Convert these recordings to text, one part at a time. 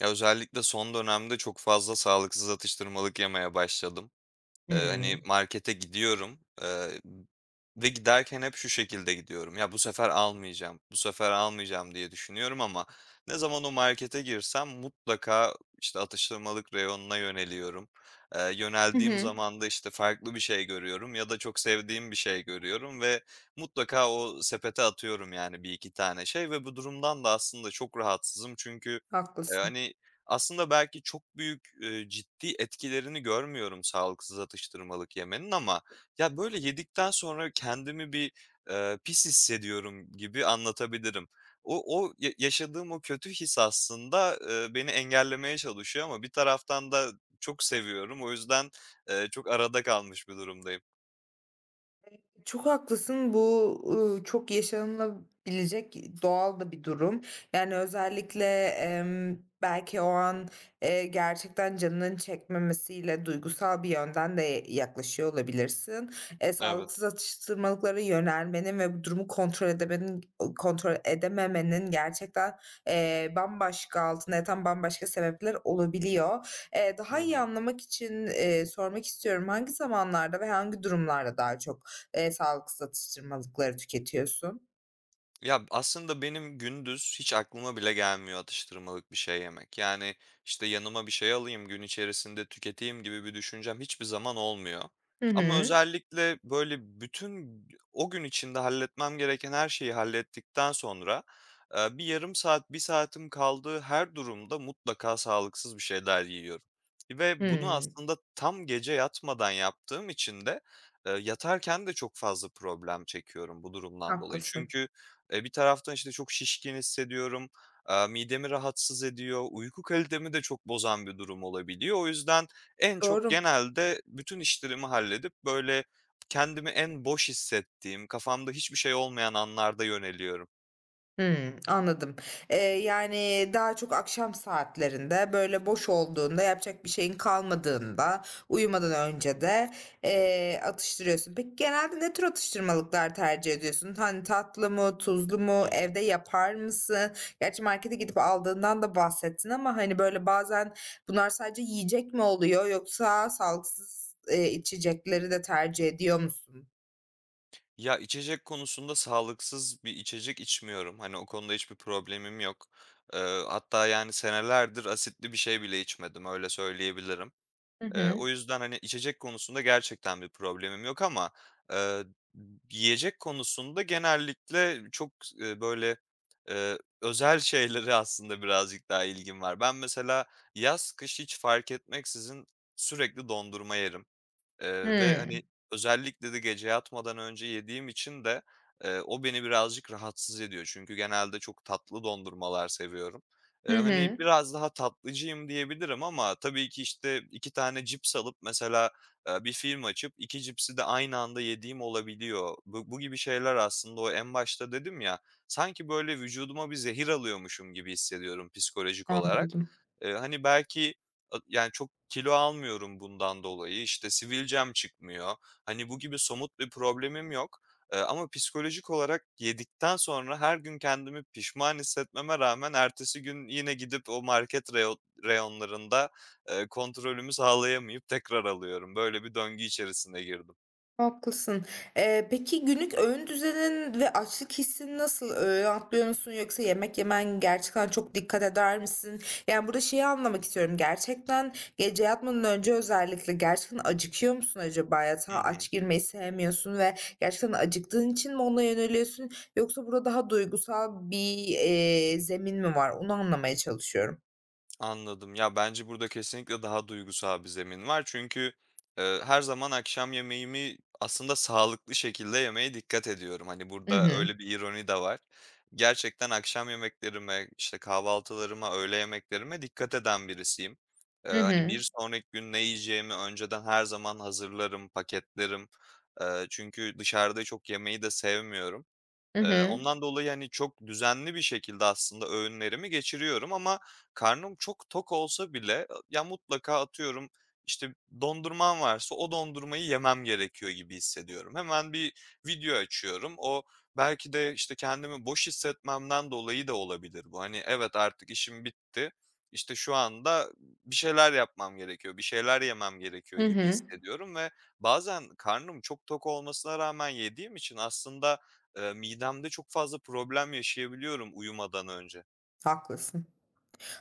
Ya, özellikle son dönemde çok fazla sağlıksız atıştırmalık yemeye başladım. Hımm. Markete gidiyorum, ve giderken hep şu şekilde gidiyorum: "Ya, bu sefer almayacağım, bu sefer almayacağım." diye düşünüyorum ama ne zaman o markete girsem mutlaka, işte, atıştırmalık reyonuna yöneliyorum. Hı Yöneldiğim hı. zaman da, işte, farklı bir şey görüyorum ya da çok sevdiğim bir şey görüyorum ve mutlaka o sepete atıyorum, yani, bir iki tane şey ve bu durumdan da aslında çok rahatsızım çünkü, eee, Haklısın. hani, aslında belki çok büyük, ciddi etkilerini görmüyorum sağlıksız atıştırmalık yemenin ama ya, böyle, yedikten sonra kendimi bir, pis hissediyorum gibi anlatabilirim. O o Ya yaşadığım o kötü his aslında, beni engellemeye çalışıyor ama bir taraftan da çok seviyorum. O yüzden, çok arada kalmış bir durumdayım. Çok haklısın. Bu, çok yaşanılabilecek doğal da bir durum. Yani, özellikle, belki o an, gerçekten canının çekmemesiyle duygusal bir yönden de yaklaşıyor olabilirsin. Evet. Sağlıksız atıştırmalıklara yönelmenin ve bu durumu kontrol edememenin gerçekten, bambaşka, altında yatan bambaşka sebepler olabiliyor. Hı Daha iyi hı. anlamak için, sormak istiyorum, hangi zamanlarda ve hangi durumlarda daha çok, sağlıksız atıştırmalıkları tüketiyorsun. Ya, aslında benim gündüz hiç aklıma bile gelmiyor atıştırmalık bir şey yemek. Yani, işte, yanıma bir şey alayım, gün içerisinde tüketeyim gibi bir düşüncem hiçbir zaman olmuyor. Hı Ama hı. özellikle, böyle, bütün o gün içinde halletmem gereken her şeyi hallettikten sonra, bir yarım saat, bir saatim kaldığı her durumda mutlaka sağlıksız bir şeyler yiyorum ve bunu Hımm. aslında tam gece yatmadan yaptığım için de, yatarken de çok fazla problem çekiyorum bu durumdan dolayı. Haklısın. Çünkü bir taraftan, işte, çok şişkin hissediyorum, midemi rahatsız ediyor, uyku kalitemi de çok bozan bir durum olabiliyor. O yüzden en çok Doğru. genelde bütün işlerimi halledip, böyle, kendimi en boş hissettiğim, kafamda hiçbir şey olmayan anlarda yöneliyorum. Hımm, anladım. Eee, yani, daha çok akşam saatlerinde, böyle, boş olduğunda, yapacak bir şeyin kalmadığında, uyumadan önce de, atıştırıyorsun. Peki, genelde ne tür atıştırmalıklar tercih ediyorsun? Hani, tatlı mı, tuzlu mu, Hı hı. evde yapar mısın? Gerçi markete gidip aldığından da bahsettin ama, hani, böyle, bazen bunlar sadece yiyecek mi oluyor yoksa sağlıksız, içecekleri de tercih ediyor musun? Ya, içecek konusunda sağlıksız bir içecek içmiyorum. Hani, o konuda hiçbir problemim yok. Hatta, yani, senelerdir asitli bir şey bile içmedim, öyle söyleyebilirim. Hı hı. O yüzden, hani, içecek konusunda gerçekten bir problemim yok ama, eee, yiyecek konusunda genellikle çok, böyle, özel şeylere aslında birazcık daha ilgim var. Ben mesela yaz, kış hiç fark etmeksizin sürekli dondurma yerim. Ve hani, Hımm. özellikle de gece yatmadan önce yediğim için de, o beni birazcık rahatsız ediyor. Çünkü genelde çok tatlı dondurmalar seviyorum. Hı Hani, hı. biraz daha tatlıcıyım diyebilirim ama tabii ki, işte, 2 tane cips alıp mesela, bir film açıp 2 cipsi de aynı anda yediğim olabiliyor. Bu gibi şeyler aslında o en başta dedim ya, sanki böyle vücuduma bir zehir alıyormuşum gibi hissediyorum psikolojik olarak. Anladım. Hani, belki yani çok kilo almıyorum bundan dolayı, işte, sivilcem çıkmıyor. Hani, bu gibi somut bir problemim yok, ama psikolojik olarak yedikten sonra her gün kendimi pişman hissetmeme rağmen ertesi gün yine gidip o market reyo reyonlarında, kontrolümü sağlayamayıp tekrar alıyorum. Böyle bir döngü içerisine girdim. Haklısın. Peki günlük öğün düzenin ve açlık hissin nasıl? Öğün atlıyor musun yoksa yemek yemen gerçekten çok dikkat eder misin? Yani burada şeyi anlamak istiyorum. Gerçekten gece yatmadan önce özellikle gerçekten acıkıyor musun acaba? Hı Yatağa hı. aç girmeyi sevmiyorsun ve gerçekten acıktığın için mi ona yöneliyorsun? Yoksa burada daha duygusal bir zemin mi var? Onu anlamaya çalışıyorum. Anladım. Ya, bence burada kesinlikle daha duygusal bir zemin var. Çünkü, her zaman akşam yemeğimi aslında sağlıklı şekilde yemeye dikkat ediyorum. Hani, Hı burada hı. öyle bir ironi de var. Gerçekten akşam yemeklerime, işte, kahvaltılarıma, öğle yemeklerime dikkat eden birisiyim. Hı Hani, hı. bir sonraki gün ne yiyeceğimi önceden her zaman hazırlarım, paketlerim. Çünkü dışarıda çok yemeyi de sevmiyorum. Hı hı. Ondan dolayı, hani, çok düzenli bir şekilde aslında öğünlerimi geçiriyorum ama karnım çok tok olsa bile, ya, mutlaka atıyorum, işte, dondurmam varsa o dondurmayı yemem gerekiyor gibi hissediyorum. Hemen bir video açıyorum. O belki de, işte, kendimi boş hissetmemden dolayı da olabilir bu. Hani, evet, artık işim bitti. İşte, şu anda bir şeyler yapmam gerekiyor, bir şeyler yemem gerekiyor Hı gibi hı. hissediyorum ve bazen karnım çok tok olmasına rağmen yediğim için aslında midemde çok fazla problem yaşayabiliyorum uyumadan önce. Haklısın.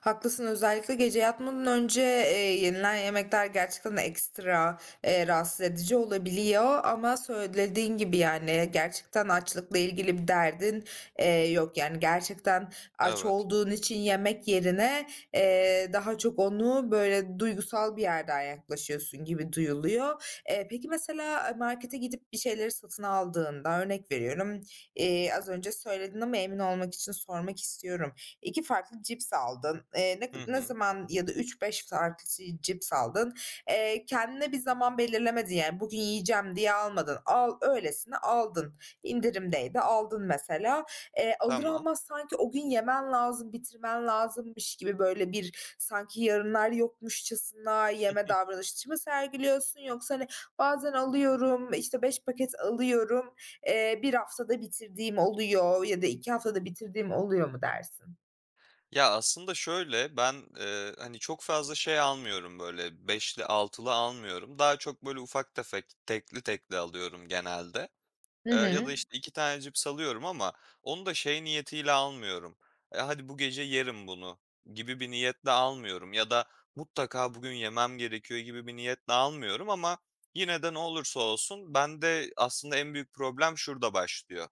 Haklısın, özellikle gece yatmadan önce, yenilen yemekler gerçekten ekstra, rahatsız edici olabiliyor ama söylediğin gibi, yani, gerçekten açlıkla ilgili bir derdin, yok. Yani, gerçekten aç Evet. olduğun için yemek yerine, daha çok onu, böyle, duygusal bir yerden yaklaşıyorsun gibi duyuluyor. Peki mesela, markete gidip bir şeyleri satın aldığında, örnek veriyorum, az önce söyledin ama emin olmak için sormak istiyorum. 2 farklı cips aldın. Ne Hı ne hı. zaman ya da üç beş farklı cips aldın. Kendine bir zaman belirlemedin, yani, "Bugün yiyeceğim." diye almadın. Al öylesine aldın. İndirimdeydi, aldın mesela. Alır Tamam. almaz sanki o gün yemen lazım, bitirmen lazımmış gibi, böyle, bir sanki yarınlar yokmuşçasına yeme davranışı mı sergiliyorsun yoksa, hani, "Bazen alıyorum, işte, 5 paket alıyorum, 1 haftada bitirdiğim oluyor ya da 2 haftada bitirdiğim oluyor." mu dersin? Ya, aslında şöyle, ben, hani, çok fazla şey almıyorum, böyle, beşli altılı almıyorum. Daha çok, böyle, ufak tefek, tekli tekli alıyorum genelde. Hı Ya da, hı. işte, 2 tane cips alıyorum ama onu da şey niyetiyle almıyorum. Hadi bu gece yerim bunu." gibi bir niyetle almıyorum ya da "Mutlaka bugün yemem gerekiyor." gibi bir niyetle almıyorum ama yine de ne olursa olsun bende aslında en büyük problem şurada başlıyor.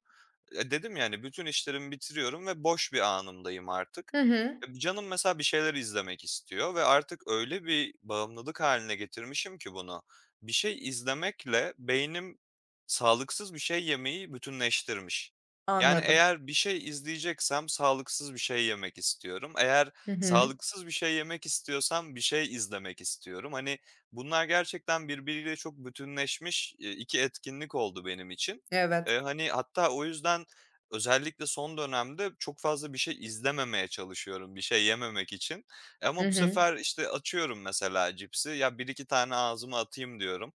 Dedim yani bütün işlerimi bitiriyorum ve boş bir anımdayım artık. Hı hı. Canım mesela bir şeyler izlemek istiyor ve artık öyle bir bağımlılık haline getirmişim ki bunu. Bir şey izlemekle beynim sağlıksız bir şey yemeyi bütünleştirmiş. Yani Anladım. eğer bir şey izleyeceksem sağlıksız bir şey yemek istiyorum. Eğer Hı hı. sağlıksız bir şey yemek istiyorsam bir şey izlemek istiyorum. Hani bunlar gerçekten birbiriyle çok bütünleşmiş, 2 etkinlik oldu benim için. Evet. Hani, hatta o yüzden özellikle son dönemde çok fazla bir şey izlememeye çalışıyorum, bir şey yememek için. Ama Hı bu hı. sefer, işte, açıyorum mesela cipsi, ya bir iki tane ağzıma atayım diyorum.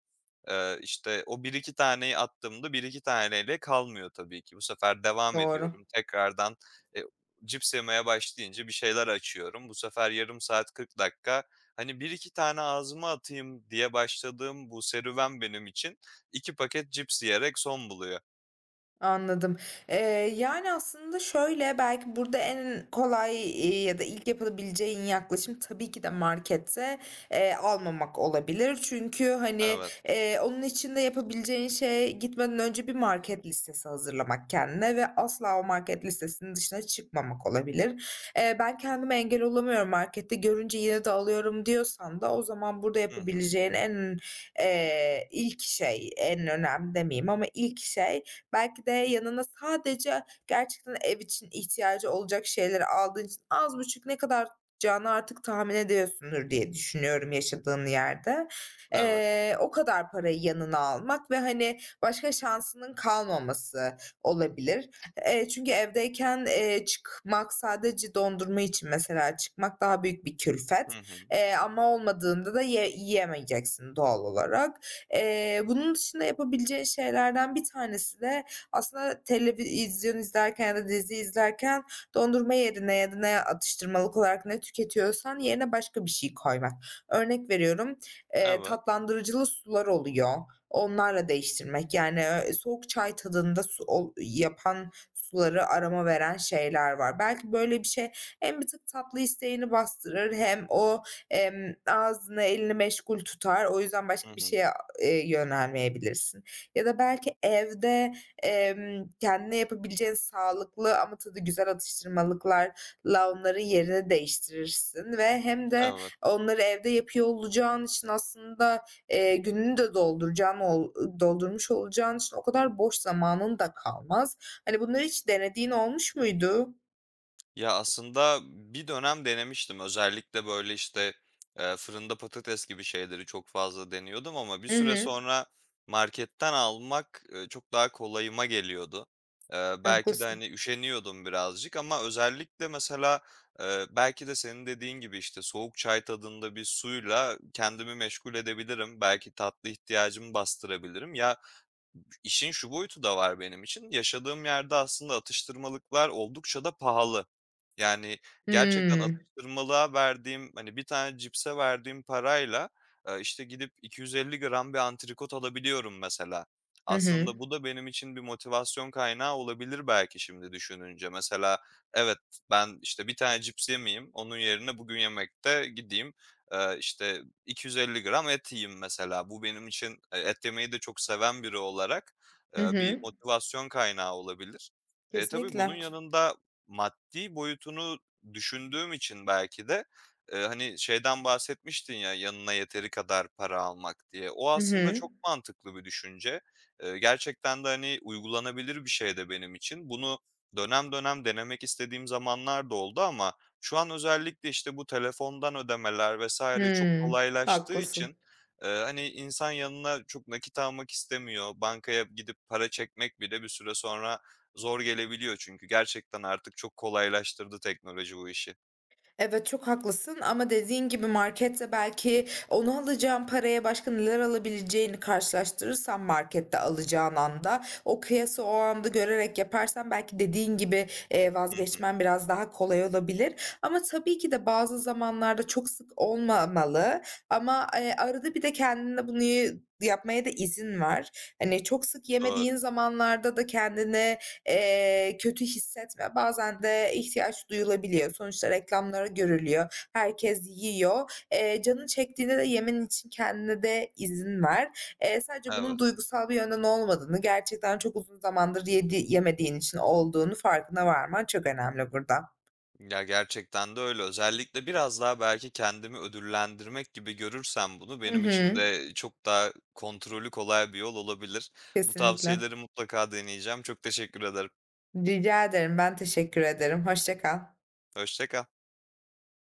İşte, o bir iki taneyi attığımda bir iki taneyle kalmıyor tabii ki. Bu sefer devam Doğru. ediyorum. Tekrardan, eee, cips yemeye başlayınca bir şeyler açıyorum. Bu sefer yarım saat, 40 dakika. Hani, bir iki tane ağzıma atayım diye başladığım bu serüven benim için 2 paket cips yiyerek son buluyor. Anladım. Eee, Yani aslında şöyle, belki burada en kolay, ya da ilk yapabileceğin yaklaşım tabii ki de markette, almamak olabilir. Çünkü, hani, Evet. Onun için de yapabileceğin şey gitmeden önce bir market listesi hazırlamak kendine ve asla o market listesinin dışına çıkmamak olabilir. "Ben kendime engel olamıyorum, markette görünce yine de alıyorum." diyorsan da o zaman burada Hı hı. yapabileceğin en, ilk şey, en önemli demeyeyim ama ilk şey, belki de yanına sadece gerçekten ev için ihtiyacı olacak şeyleri aldığın için az buçuk ne kadar tutacağını artık tahmin ediyorsundur diye düşünüyorum yaşadığın yerde. Evet. O kadar parayı yanına almak ve, hani, başka şansının kalmaması olabilir. Çünkü evdeyken, çıkmak sadece dondurma için mesela çıkmak daha büyük bir külfet, Hı hı. Ama olmadığında da yiyemeyeceksin doğal olarak. Bunun dışında yapabileceğin şeylerden bir tanesi de aslında televizyon izlerken ya da dizi izlerken dondurma yerine ya da ne atıştırmalık olarak ne tüketiyorsan yerine başka bir şey koymak. Örnek veriyorum, Evet. tatlandırıcılı sular oluyor. Onlarla değiştirmek. Yani, soğuk çay tadında su ol yapan suları arama veren şeyler var. Belki böyle bir şey hem bir tık tatlı isteğini bastırır hem o, ağzını, elini meşgul tutar. O yüzden Hı başka bir hı. şeye, yönelmeyebilirsin. Ya da belki evde, kendine yapabileceğin sağlıklı ama tadı güzel atıştırmalıklarla onların yerini değiştirirsin ve hem de Evet. onları evde yapıyor olacağın için aslında, gününü de dolduracağın ol doldurmuş olacağın için o kadar boş zamanın da kalmaz. Hani, bunları hiç denediğin olmuş muydu? Ya, aslında bir dönem denemiştim. Özellikle, böyle, işte, fırında patates gibi şeyleri çok fazla deniyordum ama bir Hı süre hı. sonra marketten almak, çok daha kolayıma geliyordu. Belki de, Haklısın. hani, üşeniyordum birazcık ama özellikle mesela, belki de senin dediğin gibi, işte, soğuk çay tadında bir suyla kendimi meşgul edebilirim. Belki tatlı ihtiyacımı bastırabilirim. Ya, işin şu boyutu da var benim için, yaşadığım yerde aslında atıştırmalıklar oldukça da pahalı. Yani, gerçekten Hımm. atıştırmalığa verdiğim, hani, bir tane cipse verdiğim parayla, işte, gidip 250 gram bir antrikot alabiliyorum mesela. Hı hı. Aslında bu da benim için bir motivasyon kaynağı olabilir belki şimdi düşününce. Mesela, evet, ben, işte, bir tane cips yemeyeyim, onun yerine bugün yemekte gideyim, işte, 250 gram et yiyeyim mesela. Bu benim için, et yemeyi de çok seven biri olarak, Hı bir hı. motivasyon kaynağı olabilir. Tabii Kesinlikle. bunun yanında maddi boyutunu düşündüğüm için belki de, hani, şeyden bahsetmiştin ya, yanına yeteri kadar para almak diye. O Hı aslında hı. çok mantıklı bir düşünce. Gerçekten de, hani, uygulanabilir bir şey de benim için. Bunu dönem dönem denemek istediğim zamanlar da oldu ama şu an özellikle, işte, bu telefondan ödemeler vesaire çok Hımm. kolaylaştığı Haklısın. için, hani, insan yanına çok nakit almak istemiyor. Bankaya gidip para çekmek bile bir süre sonra zor gelebiliyor çünkü gerçekten artık çok kolaylaştırdı teknoloji bu işi. Evet, çok haklısın, ama dediğin gibi markette belki onu alacağın paraya başka neler alabileceğini karşılaştırırsan markette alacağın anda, o kıyası o anda görerek yaparsan belki dediğin gibi, Hı hı. vazgeçmen biraz daha kolay olabilir. Ama tabii ki de bazı zamanlarda çok sık olmamalı ama, arada bir de kendine bunu yapmaya da izin var. Hani, çok sık Doğru. yemediğin zamanlarda da kendine, kötü hissetme. Bazen de ihtiyaç duyulabiliyor. Sonuçta reklamları görülüyor. Herkes yiyor. Canın çektiğinde de yemen için kendine de izin ver. Sadece Evet. bunun duygusal bir yönden olmadığını, gerçekten çok uzun zamandır yemediğin için olduğunu farkına varman çok önemli burada. Ya, gerçekten de öyle. Özellikle biraz daha belki kendimi ödüllendirmek gibi görürsem bunu Hı benim için hı. de çok daha kontrolü kolay bir yol olabilir. Bu Kesinlikle. tavsiyeleri mutlaka deneyeceğim. Çok teşekkür ederim. Rica ederim. Ben teşekkür ederim. Hoşça kal. Hoşça kal.